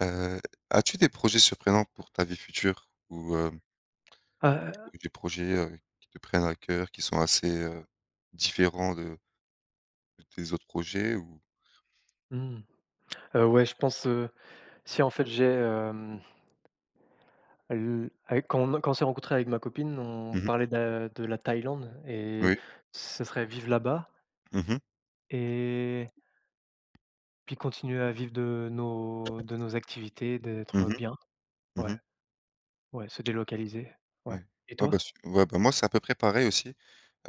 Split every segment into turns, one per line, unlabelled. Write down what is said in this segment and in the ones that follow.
Heu, As-tu des projets surprenants pour ta vie future ou, des pro
Ah,
des projets, qui te prennent à cœur, qui sont assez, différents de tes autres projets ou
mmh. Ouais, je pense, si en fait j'ai, l avec quand on s'est rencontré avec ma copine, on
mmh,
parlait de la Thaïlande et
oui,
ce serait vivre là-bas
mmh mh,
et puis continuer à vivre de nos activités, d'être
mmh
bien. Ouais,
mmh,
ouais, se délocaliser, ouais.
ouais.
Et
Ah bah,
toi?
su ouais, bah, moi, c'est à peu près pareil aussi.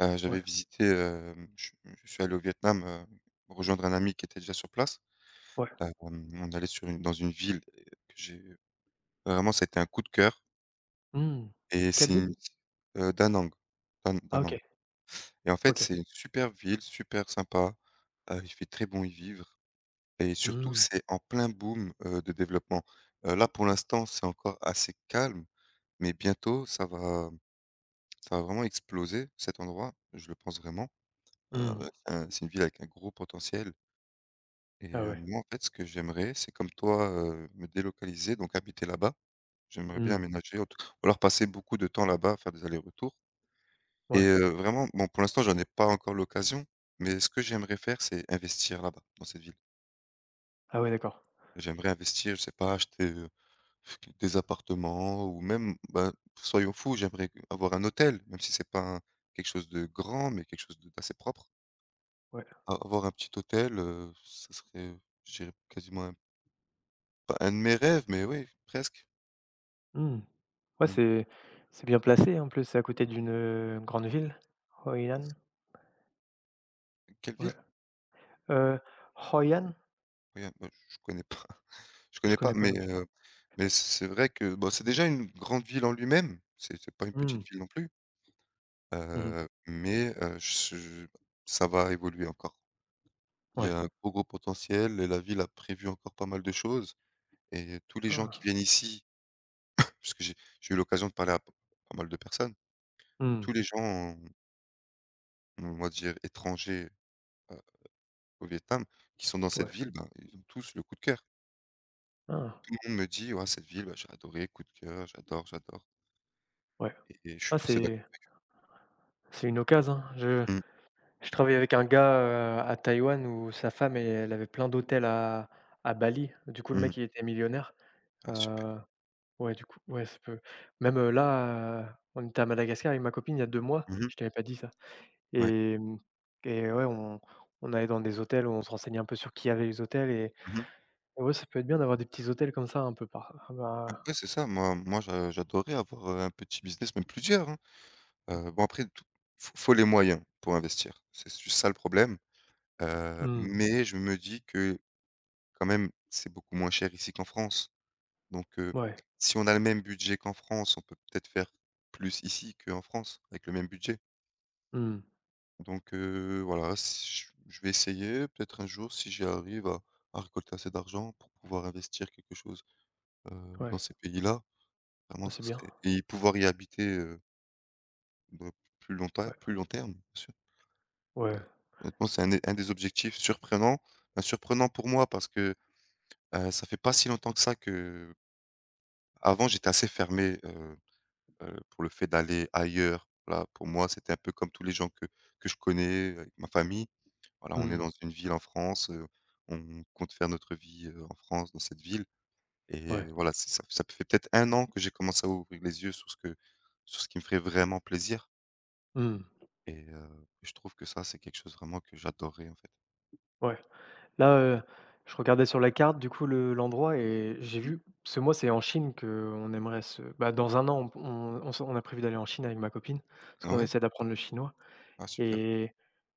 J'avais
Ouais,
visité, je suis allé au Vietnam, rejoindre un ami qui était déjà sur place.
ouais.
On allait sur une dans une ville que j'ai vraiment, ça a été un coup de cœur
Mmh.
et
Quelle
c'est
ville?
une Da Nang, Da Da
Ah, OK,
Nang. Et en fait,
OK.
c'est une super ville, super sympa, il fait très bon y vivre et surtout
Mmh.
c'est en plein boom, de développement. Là, pour l'instant, c'est encore assez calme, mais bientôt ça va vraiment exploser cet endroit, je le pense vraiment.
Mmh.
Un c'est une ville avec un gros potentiel et
Ah ouais.
moi, en fait, ce que j'aimerais, c'est comme toi, me délocaliser, donc habiter là-bas. J'aimerais bien
Mmh.
aménager, en tout ou alors passer beaucoup de temps là-bas, faire des allers-retours. Et
Ouais.
vraiment, bon, pour l'instant, j'en ai pas encore l'occasion, mais ce que j'aimerais faire, c'est investir là-bas, dans cette ville.
Ah ouais, d'accord.
J'aimerais investir, je sais pas, acheter, des appartements ou même, bah, soyons fous, j'aimerais avoir un hôtel, même si c'est pas un quelque chose de grand, mais quelque chose de d'assez propre.
Ouais.
A avoir un petit hôtel, ce serait, je dirais quasiment un pas un de mes rêves, mais oui, presque.
Mmh. Ouais,
Mmh.
c'est bien placé en plus, c'est à côté d'une, grande ville, Hoi An?
Quelle
Ouais,
ville?
heu, Hoi An?
Regarde, moi, je connais pas. Je
Je
connais pas,
connais pas non plus.
mais c'est vrai que, bon, c'est déjà une grande ville en lui-même, c'est pas une
Mmh.
petite ville non plus,
Mmh.
mais je ça va évoluer encore. Il y
Ouais.
a un gros, gros potentiel et la ville a prévu encore pas mal de choses et tous les gens qui
Ah.
viennent ici, parce que j'ai eu l'occasion de parler à p pas mal de personnes,
Mmh.
tous les gens, euh, on va dire étrangers, heu, au Vietnam, qui sont dans cette
Ouais.
ville, ben, ils ont tous le coup de cœur.
Ah.
Tout le monde me dit: «Ouais, cette ville, bah, j'ai adoré, coup de cœur, j'adore, j'adore»
Ouais.
et je
Ah,
suis assez d'accord.
c'est une occasion, hein. Je
Mmh.
je travaillais avec un gars, à Taïwan, où sa femme, e elle avait plein d'hôtels à Bali. Du coup, le
Mmh.
mec, il était millionnaire.
Ah super.
Heu, ouais, du coup, ouais, ça peut même, là, on était à Madagascar avec ma copine il y a 2 mois.
Mmh.
Je t'avais pas dit ça.
Ouais.
Et et ouais, on allait dans des hôtels, où on se renseignait un peu sur qui avait les hôtels, et
Mmh mh.
ouais, ça peut être bien d'avoir des petits hôtels comme ça un peu par ah bah
Après c'est ça, moi j'adorerais avoir, un petit business, même plusieurs, hein. Bon après tout faut les moyens pour investir. C'est juste ça le problème,
mmh,
mais je me dis que quand même c'est beaucoup moins cher ici qu'en France. Donc
ouais,
si on a le même budget qu'en France, on peut peut-être faire plus ici qu'en France avec le même budget.
mmh,
Donc voilà, si je vais essayer peut-être un jour si j'y arrive à récolter assez d'argent pour pouvoir investir quelque chose, heu, dans
ouais,
ces pays-là. Vraiment,
ah
ça
c'est bien,
serait et pouvoir y habiter, dans plus longtemps
ouais,
plus long terme, bien sûr.
ouais,
Honnêtement, c'est un des objectifs surprenants, bah, surprenant pour moi parce que, ça fait pas si longtemps que ça qu'avant j'étais assez fermé, pour le fait d'aller ailleurs. Voilà, pour moi, c'était un peu comme tous les gens que je connais, avec ma famille. Voilà, on est
mmh,
dans une ville en France, on compte faire notre vie, en France, dans cette ville et
ouais,
voilà, c'est ça ça fait peut-être un an que j'ai commencé à ouvrir les yeux sur ce que sur ce qui me ferait vraiment plaisir.
mmh,
Et je trouve que ça, c'est quelque chose vraiment que j'adorerais, en fait.
ouais. Là, je regardais sur la carte du coup le l'endroit et j'ai
Mmh mh.
vu ce mois. C'est en Chine qu'on aimerait se bah, dans un an, on a prévu d'aller en Chine avec ma copine, parce qu'on
Ouais?
essaie d'apprendre le chinois.
Ah super.
Et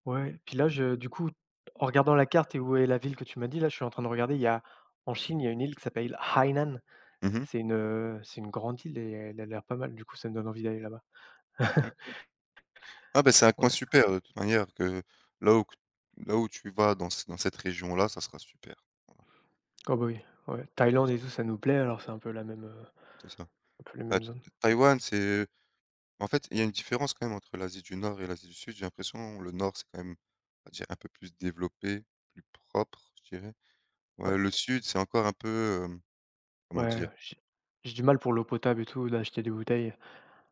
ouais, puis là, je du coup, en regardant la carte et où est la ville que tu m'as dit, là, je suis en train de regarder, il y a en Chine, il y a une île qui s'appelle Hainan.
Mmh.
C'est une grande île et elle a l'air pas mal, du coup, ça me donne envie d'aller là-bas.
OK. Ah ben c'est un coin
Ouais.
super, de toute manière que là où q là où tu vas dans c dans cette région-là, ça sera super. Voilà.
Oh bah, oui, ouais.
Ah
Thaïlande et tout, ça nous plaît, alors c'est un peu la même,
c'est ça.
un peu les
Bah,
mêmes zones.
Taïwan, c'est en fait, il y a une différence quand même entre l'Asie du Nord et l'Asie du Sud. J'ai l'impression, le Nord, c'est quand même, on va dire, un peu plus développé, plus propre, je dirais. Ouais,
Ouais,
le Sud, c'est encore un peu, comment
ouais,
dire?
j'ai du mal pour l'eau potable et tout, d'acheter des bouteilles.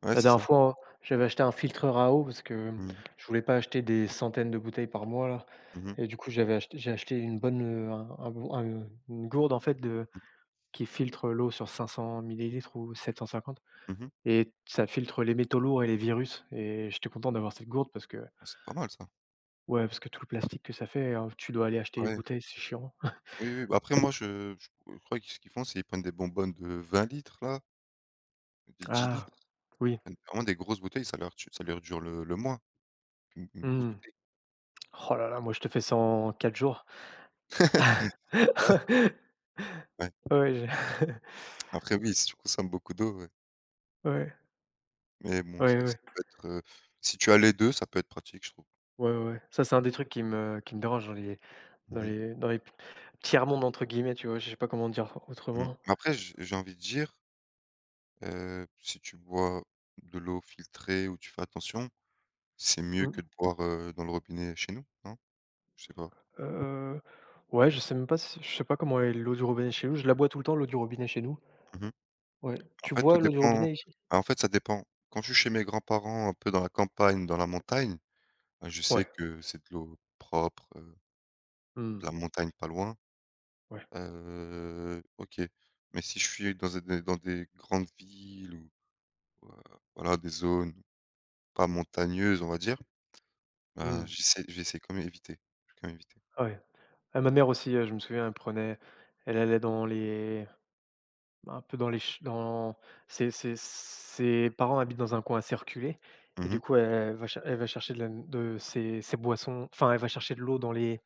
Ouais,
La
c'est
dernière
ça.
fois, j'avais acheté un filtreur à eau parce que
Mmh mh.
je voulais pas acheter des centaines de bouteilles par mois là,
Mmh.
et du coup, j'ai acheté une bonne, un bon un, une gourde en fait de qui filtre l'eau sur 500 millilitres ou 750,
Mmh.
et ça filtre les métaux lourds et les virus, et j'étais content d'avoir cette gourde parce que
Ah, c'est pas mal ça.
ouais, parce que tout le plastique que ça fait, tu dois aller acheter les
Ouais.
bouteilles, c'est chiant.
Oui, oui, bah, après moi je crois que ce qu'ils font, c'est ils prennent des bonbonnes de 20 litres là, des 10
Ah!
litres, ils
Oui.
prennent vraiment des grosses bouteilles, ça leur tu ça leur dure le mois, une grosse
Mmh.
bouteille.
Oh là là, moi je te fais ça en 4 jours.
Ouais, ouais.
Ouais, je
Après oui, si tu consommes beaucoup d'eau, ouais.
ouais,
Mais bon, ça
ouais,
ça
ouais.
peut être, si tu as les 2, ça peut être pratique, je trouve.
Ouais, ouais, ouais. Ça, c'est un des trucs qui me dérange dans les dans
Mmh mh.
les dans les «tiers-mondes» entre guillemets, tu vois? Je sais pas comment dire
Mmh.
autrement.
Après j'ai envie de dire, si tu bois de l'eau filtrée ou tu fais attention, c'est mieux que
Mmh,
de boire, dans le robinet chez nous, non? Je sais pas.
heu, ouais, je sais même pas si je sais pas comment est l'eau du robinet chez nous. Je la bois tout le temps l'eau du robinet chez nous.
Mmh.
Ouais.
En
Tu
fait, tout
bois l'eau du
dépend
robinet ici?
bah, en fait, ça dépend. Quand je suis chez mes grands-parents, un peu dans la campagne, dans la montagne, bah, je sais
Ouais.
que c'est de l'eau propre, de
Mmh.
la montagne pas loin,
Ouais.
OK. Mais si je suis dans des grandes villes ou ou voilà, des zones pas montagneuses, on va dire, ben,
Mmh.
j'essaie quand même éviter. Je vais quand même éviter.
Ah ouais. Ah, ma mère aussi, je me souviens, elle allait dans les un peu dans les ch dans ses parents habitent dans un coin assez reculé,
Mmh
et du
mh.
coup, elle va chercher de ses boissons enfin, elle va chercher de l'eau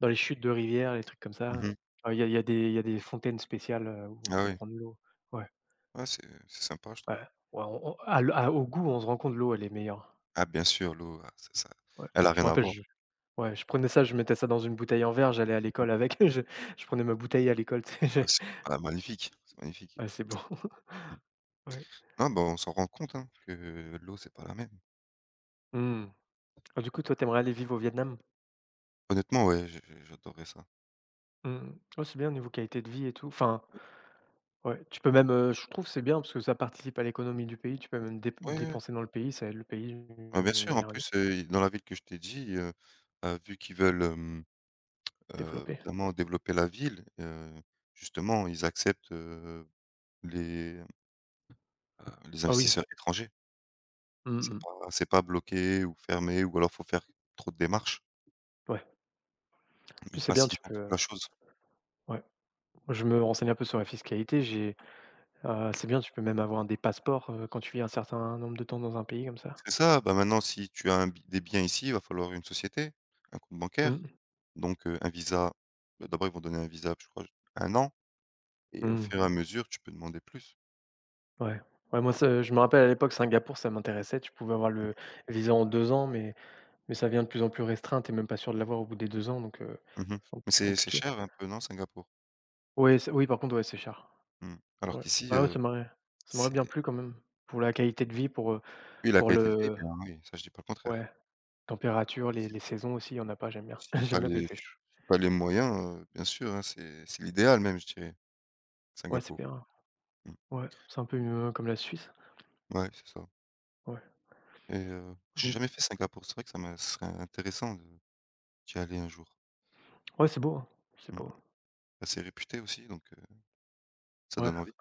dans les chutes de rivières, les trucs comme ça.
Mmh.
Ah il y a des il y a des fontaines spéciales, où on
Ah
peut
oui.
prendre l'eau. Ouais,
Ouais, c'est sympa, je
ouais,
trouve.
ouais, on à l'o à au goût, on se rend compte l'eau, elle est meilleure.
Ah bien sûr, l'eau, ah ça
Ouais,
elle a
je
rien
me
à
rappelle,
voir.
je ouais, je prenais ça, je mettais ça dans une bouteille en verre, j'allais à l'école avec, je prenais ma bouteille à l'école, tu sais,
Ah bah,
j'ai
c'est magnifique, c'est magnifique.
ouais, c'est bon. Ouais.
Ah bah, on s'en rend compte, hein, que l'eau, c'est pas la même.
Mmh. Ah, du coup, toi, t'aimerais aller vivre au Vietnam?
Honnêtement, ouais, je j'adorerais ça.
Mmh mh. Ouais, c'est bien niveau qualité de vie et tout. Enfin, ouais, tu peux même, je trouve que c'est bien parce que ça participe à l'économie du pays, tu peux même
Ouais, ouais,
dépenser dans le pays, ça aide le pays
bah, bien
d'une
sûr, en
manière
plus, dans la ville que je t'ai dit, vu qu'ils veulent,
développée.
vraiment développer la ville, justement, ils acceptent, les, heu, les
Ah oui.
investisseurs étrangers.
Mmh
C'est
mh.
pas c'est pas bloqué ou fermé ou alors faut faire trop de démarches.
Ouais, en plus
Ils
c'est bien,
facilitent
tu
un
peux,
petit peu la chose.
ouais. Moi je me renseigne un peu sur la fiscalité, j'ai, c'est bien, tu peux même avoir des passeports, quand tu vis un certain nombre de temps dans un pays comme ça.
C'est ça, bah, maintenant si tu as un bi des biens ici, il va falloir une société, un compte
Mmh
bancaire,
mh.
donc un visa, bah, d'abord ils vont donner un visa, je crois, un an et au
Mmh.
fur et à mesure, tu peux demander plus.
Ouais. Ouais, moi ça je me rappelle à l'époque Singapour, ça m'intéressait, tu pouvais avoir le visa en 2 ans, mais ça vient de plus en plus restreint. T'es même pas sûr de l'avoir au bout des 2 ans, donc
Mmh.
c'est un peu
Mais
plus
c'est
compliqué.
cher un peu, non, Singapour?
Ouais, c'est oui par contre, ouais, c'est cher.
Mmh. Alors
Ouais.
qu'ici,
Ah ouais, ça m'aurait bien
c'est
plu quand même, pour la qualité de vie,
oui, la
pour
qualité de vie
le
bien, oui, ça je dis pas le contraire.
ouais, température,
Si
les saisons aussi, il y en a pas, j'aime bien.
si tu as
J'aime bien quand il
les
fait
si
chaud.
tu les moyens, bien sûr, hein, c'est l'idéal même, je dirais,
Ouais, c'est
Singapour.
bien,
Mmh.
ouais, c'est un peu, comme la Suisse,
Ouais, c'est ça
ouais,
et j'ai jamais
mmh.
fait Singapour, c'est vrai que ça me ce serait intéressant de d'y aller un jour.
Ouais, c'est beau, hein, c'est
Mmh.
beau,
Assez réputé aussi, donc ça
ouais.
donne envie.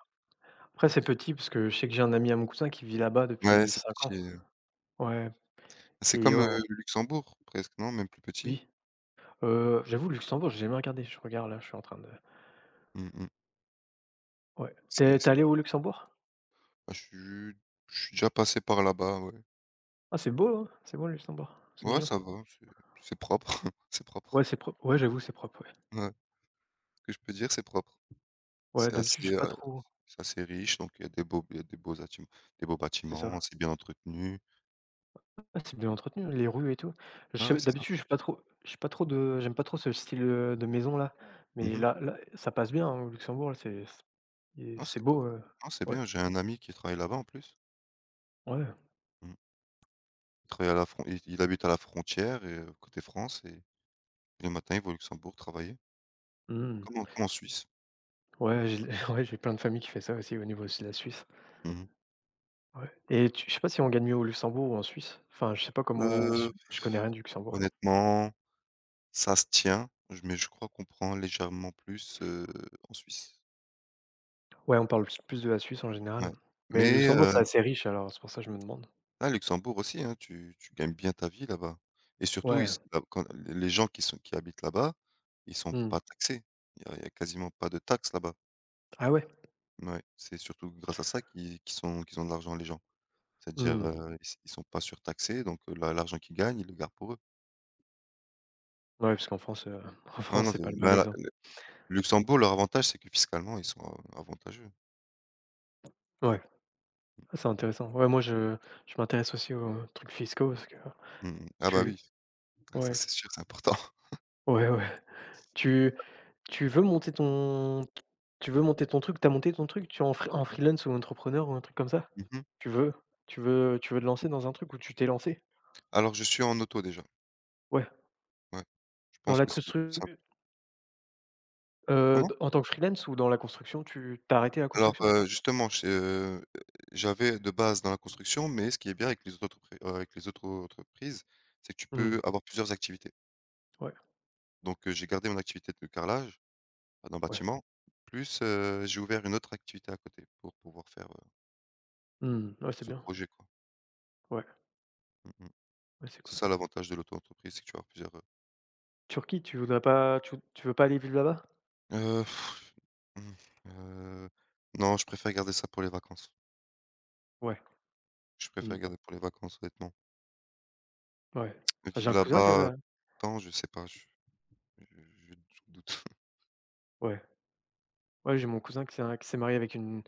Après, c'est petit parce que je sais que j'ai un ami à mon cousin qui vit là-bas
Ouais,
depuis
c'est
5
petit,
ans. Ouais,
c'est
pays
comme,
hors
le Luxembourg presque, non? Même plus petit?
oui, j'avoue le Luxembourg, j'ai jamais regardé, je regarde là, je suis en train de
Mmh mh.
ouais.
C'est
T'es
c'est
allé au Luxembourg?
bah, je suis déjà passé par là-bas, ouais.
Ah, c'est beau, hein, c'est beau le Luxembourg, c'est
Ouais,
mignon.
ça va, c'est propre, c'est propre.
Ouais, c'est propre, ouais, j'avoue, c'est propre, ouais.
Ouais, ce que je peux dire, c'est propre.
Ouais,
C'est
d'habitude,
assez,
je suis
heu,
pas trop
c'est assez riche, donc il y a des beaux il y a des beaux
c'est
bâtiments,
ça.
c'est bien entretenu.
Ah, c'est bien entretenu, les rues et tout.
Ah
Je
ouais, c'est ça.
D'habitude, je suis pas trop je suis pas trop de j'aime pas trop ce style, de maison là, mais
Mmh.
là, ça passe bien, hein, au Luxembourg là,
Non, c'est
c'est
pas
beau,
non, c'est
ouais,
bien, j'ai un ami qui travaille là-bas en plus.
ouais,
Mmh. Il travaille à la fron il habite à la frontière et côté France et le matin, il va au Luxembourg travailler.
mmh.
Comme en
J
Suisse?
ouais, j'ai ouais, j'ai plein de familles qui fait ça aussi au niveau de la Suisse.
Mmh mh.
Ouais, et tu je sais pas si on gagne mieux au Luxembourg ou en Suisse? Enfin, je sais pas comment
Heu,
je connais rien du Luxembourg.
honnêtement, ça se tient, je mais je crois qu'on prend légèrement plus, en Suisse.
Ouais, on parle plus de la Suisse en
Ouais.
général, mais
Mais
Luxembourg, c'est assez riche alors c'est pour ça que je me demande.
à Luxembourg aussi, hein, tu gagnes bien ta vie là-bas et surtout ils
Ouais,
s là quand les gens qui sont qui habitent là-bas, ils sont
mmh.
pas taxés. Il y a quasiment pas de taxes là-bas.
Ah ouais?
Mouais, c'est surtout grâce à ça qu'ils ont de l'argent les gens. C'est-à-dire,
Mmh.
ils sont pas surtaxés donc la l'argent qu'ils gagnent, ils le gardent pour eux.
Ouais, parce qu'en France, en
Non,
France,
non,
c'est
c'est
pas le bon
bah, là
exemple.
le Luxembourg, leur avantage, c'est que fiscalement, ils sont a avantageux.
Ouais. Ah, c'est intéressant. Ouais, moi, je m'intéresse aussi aux trucs fiscaux parce que
Mmh mh. Ah bah,
tu
oui, ah ça,
ouais,
c'est sûr, c'est important.
ouais, ouais. Tu tu veux monter ton truc, t'as monté ton truc, tu es en freelance ou entrepreneur ou un truc comme ça?
Mmh.
Tu veux tu veux te lancer dans un truc où tu t'es lancé?
Alors, je suis en auto déjà,
Ouais,
ouais. Je
dans
pense
la
que c'est le plus
construction
simple. Comment?
en tant que freelance ou dans la construction, tu arrêté la
Alors,
construction?
justement, je j'avais de base dans la construction, mais ce qui est bien avec les autres entrepri avec les autres entreprises, c'est que tu
Mmh,
peux avoir plusieurs activités.
ouais,
Donc, j'ai gardé mon activité de carrelage dans le
ouais.
bâtiment, plus, j'ai ouvert une autre activité à côté pour pouvoir faire,
Mmh, ouais, c'est
les autres
bien.
projets, quoi.
Ouais,
Mmh mh.
ouais, c'est
C'est
cool.
ça l'avantage de l'auto-entreprise, c'est que tu as plusieurs,
Turquie, tu veux pas aller vivre là-bas?
heu Mmh, heu, non, je préfère garder ça pour les vacances.
Ouais,
Je
mmh,
préfère garder pour les vacances, honnêtement.
ouais. J'ai
Vivre
un cousin qui a
là-bas,
la
je sais pas, je je doute.
ouais. Ouais, j'ai mon cousin qui s'est marié avec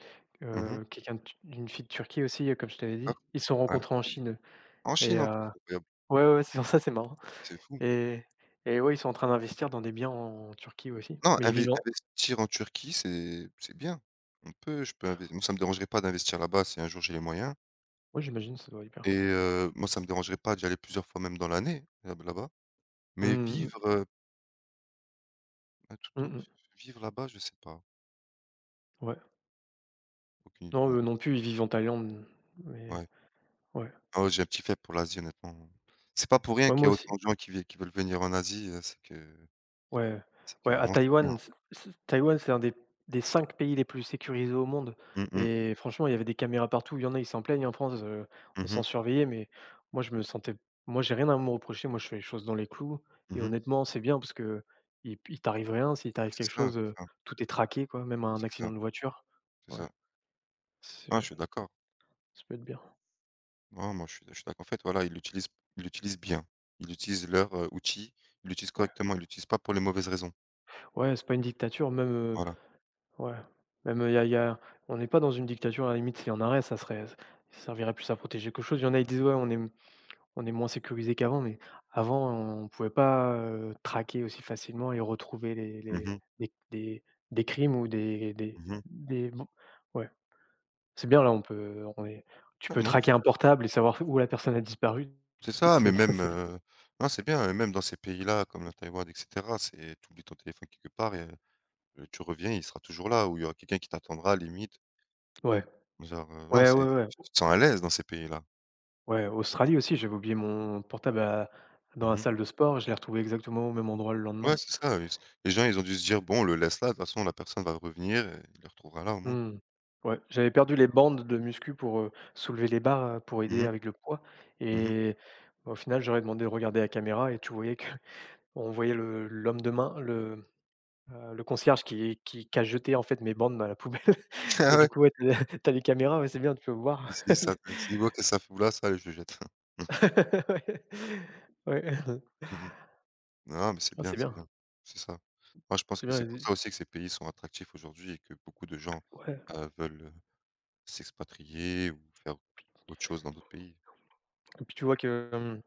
Mmh,
quelqu'un de Tu une fille de Turquie aussi, comme je t'avais dit.
d'accord.
Ils se sont
Ouais.
rencontrés en Chine.
En
Et
Chine, en plus, c'est incroyable,
ouais, ouais, ouais, c'est ça, c'est marrant,
c'est fou.
et ouais, ils sont en train d'investir dans des biens en Turquie aussi,
Non,
mais ils vivent en
investir en Turquie, c'est bien. On peut je peux investir. Moi, ça me dérangerait pas d'investir là-bas si un jour j'ai les moyens
ouais, j'imagine, ça doit être bien.
et moi, ça me dérangerait pas d'y aller plusieurs fois même dans l'année, là là-bas. Mais
Mmh mh,
vivre, tout
mmh.
au
Mmh.
vivre là-bas, je sais pas,
Ouais.
aucune
Non,
idée,
eux non plus, ils vivent en Thaïlande, mais
ouais.
ouais.
Ah ouais, j'ai un petit faible pour l'Asie honnêtement. C'est pas pour rien
Ouais,
qu'il y
moi
a
aussi.
autant de gens qui veulent venir en Asie, c'est que
Ouais,
c'est que
ouais, à
vraiment c'est bien.
Taïwan, c c Taïwan, c'est un des 5 pays les plus sécurisés au monde,
Mmh mh.
et franchement, il y avait des caméras partout. Il y en a, ils s'en plaignent en France, on
Mmh
s'en
mh.
surveillait, mais moi, je me sentais moi, j'ai rien à me reprocher. Moi, je fais les choses dans les clous, et
Mmh.
honnêtement, c'est bien parce que il t'arrive rien. S'il t'arrive
C'est
quelque
ça,
chose,
c'est ça,
tout est traqué, quoi, même un
c'est
accident
ça,
de voiture.
c'est
Ouais,
ça.
c'est, ça
Ah
peut
je suis d'accord.
être ça peut être bien.
Non, moi je suis d'accord. En fait voilà, ils l'utilisent bien. Ils utilisent leur, outil, ils l'utilisent
Ouais.
correctement, ils l'utilisent pas pour les mauvaises raisons.
Ouais, c'est pas une dictature, même,
Voilà.
ouais, même, il y a on n'est pas dans une dictature, à la limite, s'il y en aurait, ça servirait plus à protéger quelque chose. Il y en a, qui disent: «Ouais, on est moins sécurisé qu'avant», mais avant, on ne pouvait pas, traquer aussi facilement et retrouver
Mmh
les
mh.
des crimes ou
Mmh.
des bon ouais. C'est bien, là, on peut on est tu
Ah
peux
moi tu
traquer un portable et savoir où la personne a disparu.
c'est ça, mais
C'est
même,
c'est
non c'est bien, et même dans ces pays-là comme la Taïwan et cetera, c'est tu oublies ton téléphone quelque part et tu reviens, il sera toujours là ou il y aura quelqu'un qui t'attendra limite.
ouais.
Genre, non,
Ouais,
c'est
ouais, ouais.
tu te sens à l'aise dans ces pays-là.
Ouais, Australie aussi, j'avais oublié mon portable à dans la
Mmh.
salle de sport, je l'ai retrouvé exactement au même endroit le lendemain.
Ouais, c'est ça, ils les gens, ils ont dû se dire: «Bon, on le laisse là, de toute façon la personne va revenir et il le retrouvera là au moins».
Mmh. Ouais, j'avais perdu les bandes de muscu pour, soulever les barres, pour
Mmh
aider
mh.
avec le poids, et bah, au final, j'aurais demandé de regarder la caméra et tu voyais que on voyait le l'homme de main, le concierge qui a jeté, en fait, mes bandes à la poubelle.
Ah
Mais du
ouais,
coup, ouais, tu as les caméras, ouais, c'est bien, tu peux voir.
il s'est dit: «Bon, qu'est-ce que ça fout là? Ça, allez, je le jette».
Ouais. Ouais.
Mmh. Non, mais c'est
Ah,
bien, c'est bien. C'est ça. Moi, je pense
c'est
que c'est
bien,
pour ça aussi que ces pays sont attractifs aujourd'hui et que beaucoup de gens,
ouais,
veulent, s'expatrier ou faire autre chose dans d'autres pays.
et puis tu vois que,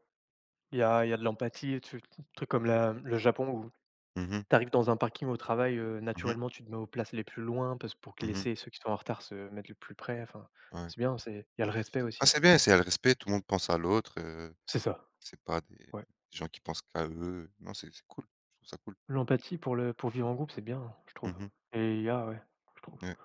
il y a de l'empathie, tu trucs comme la le Japon.
Mmh mh.
T'arrives dans un parking au travail,
Mmh.
naturellement, tu te mets aux places les plus loin parce pour que
Mmh.
laisser ceux qui sont en retard se mettre le plus près, enfin,
Ouais.
c'est bien, c'est il y a le respect
Ah,
aussi.
c'est bien, c'est il y le respect, tout le monde pense à l'autre, heu.
C'est ça,
C'est pas des
ouais.
des gens qui pensent qu'à eux. Non, c'est cool, je trouve ça cool.
L'empathie pour le pour vivre en groupe, c'est bien, je trouve,
Mmh.
et il y a, ouais, je trouve.
Ouais.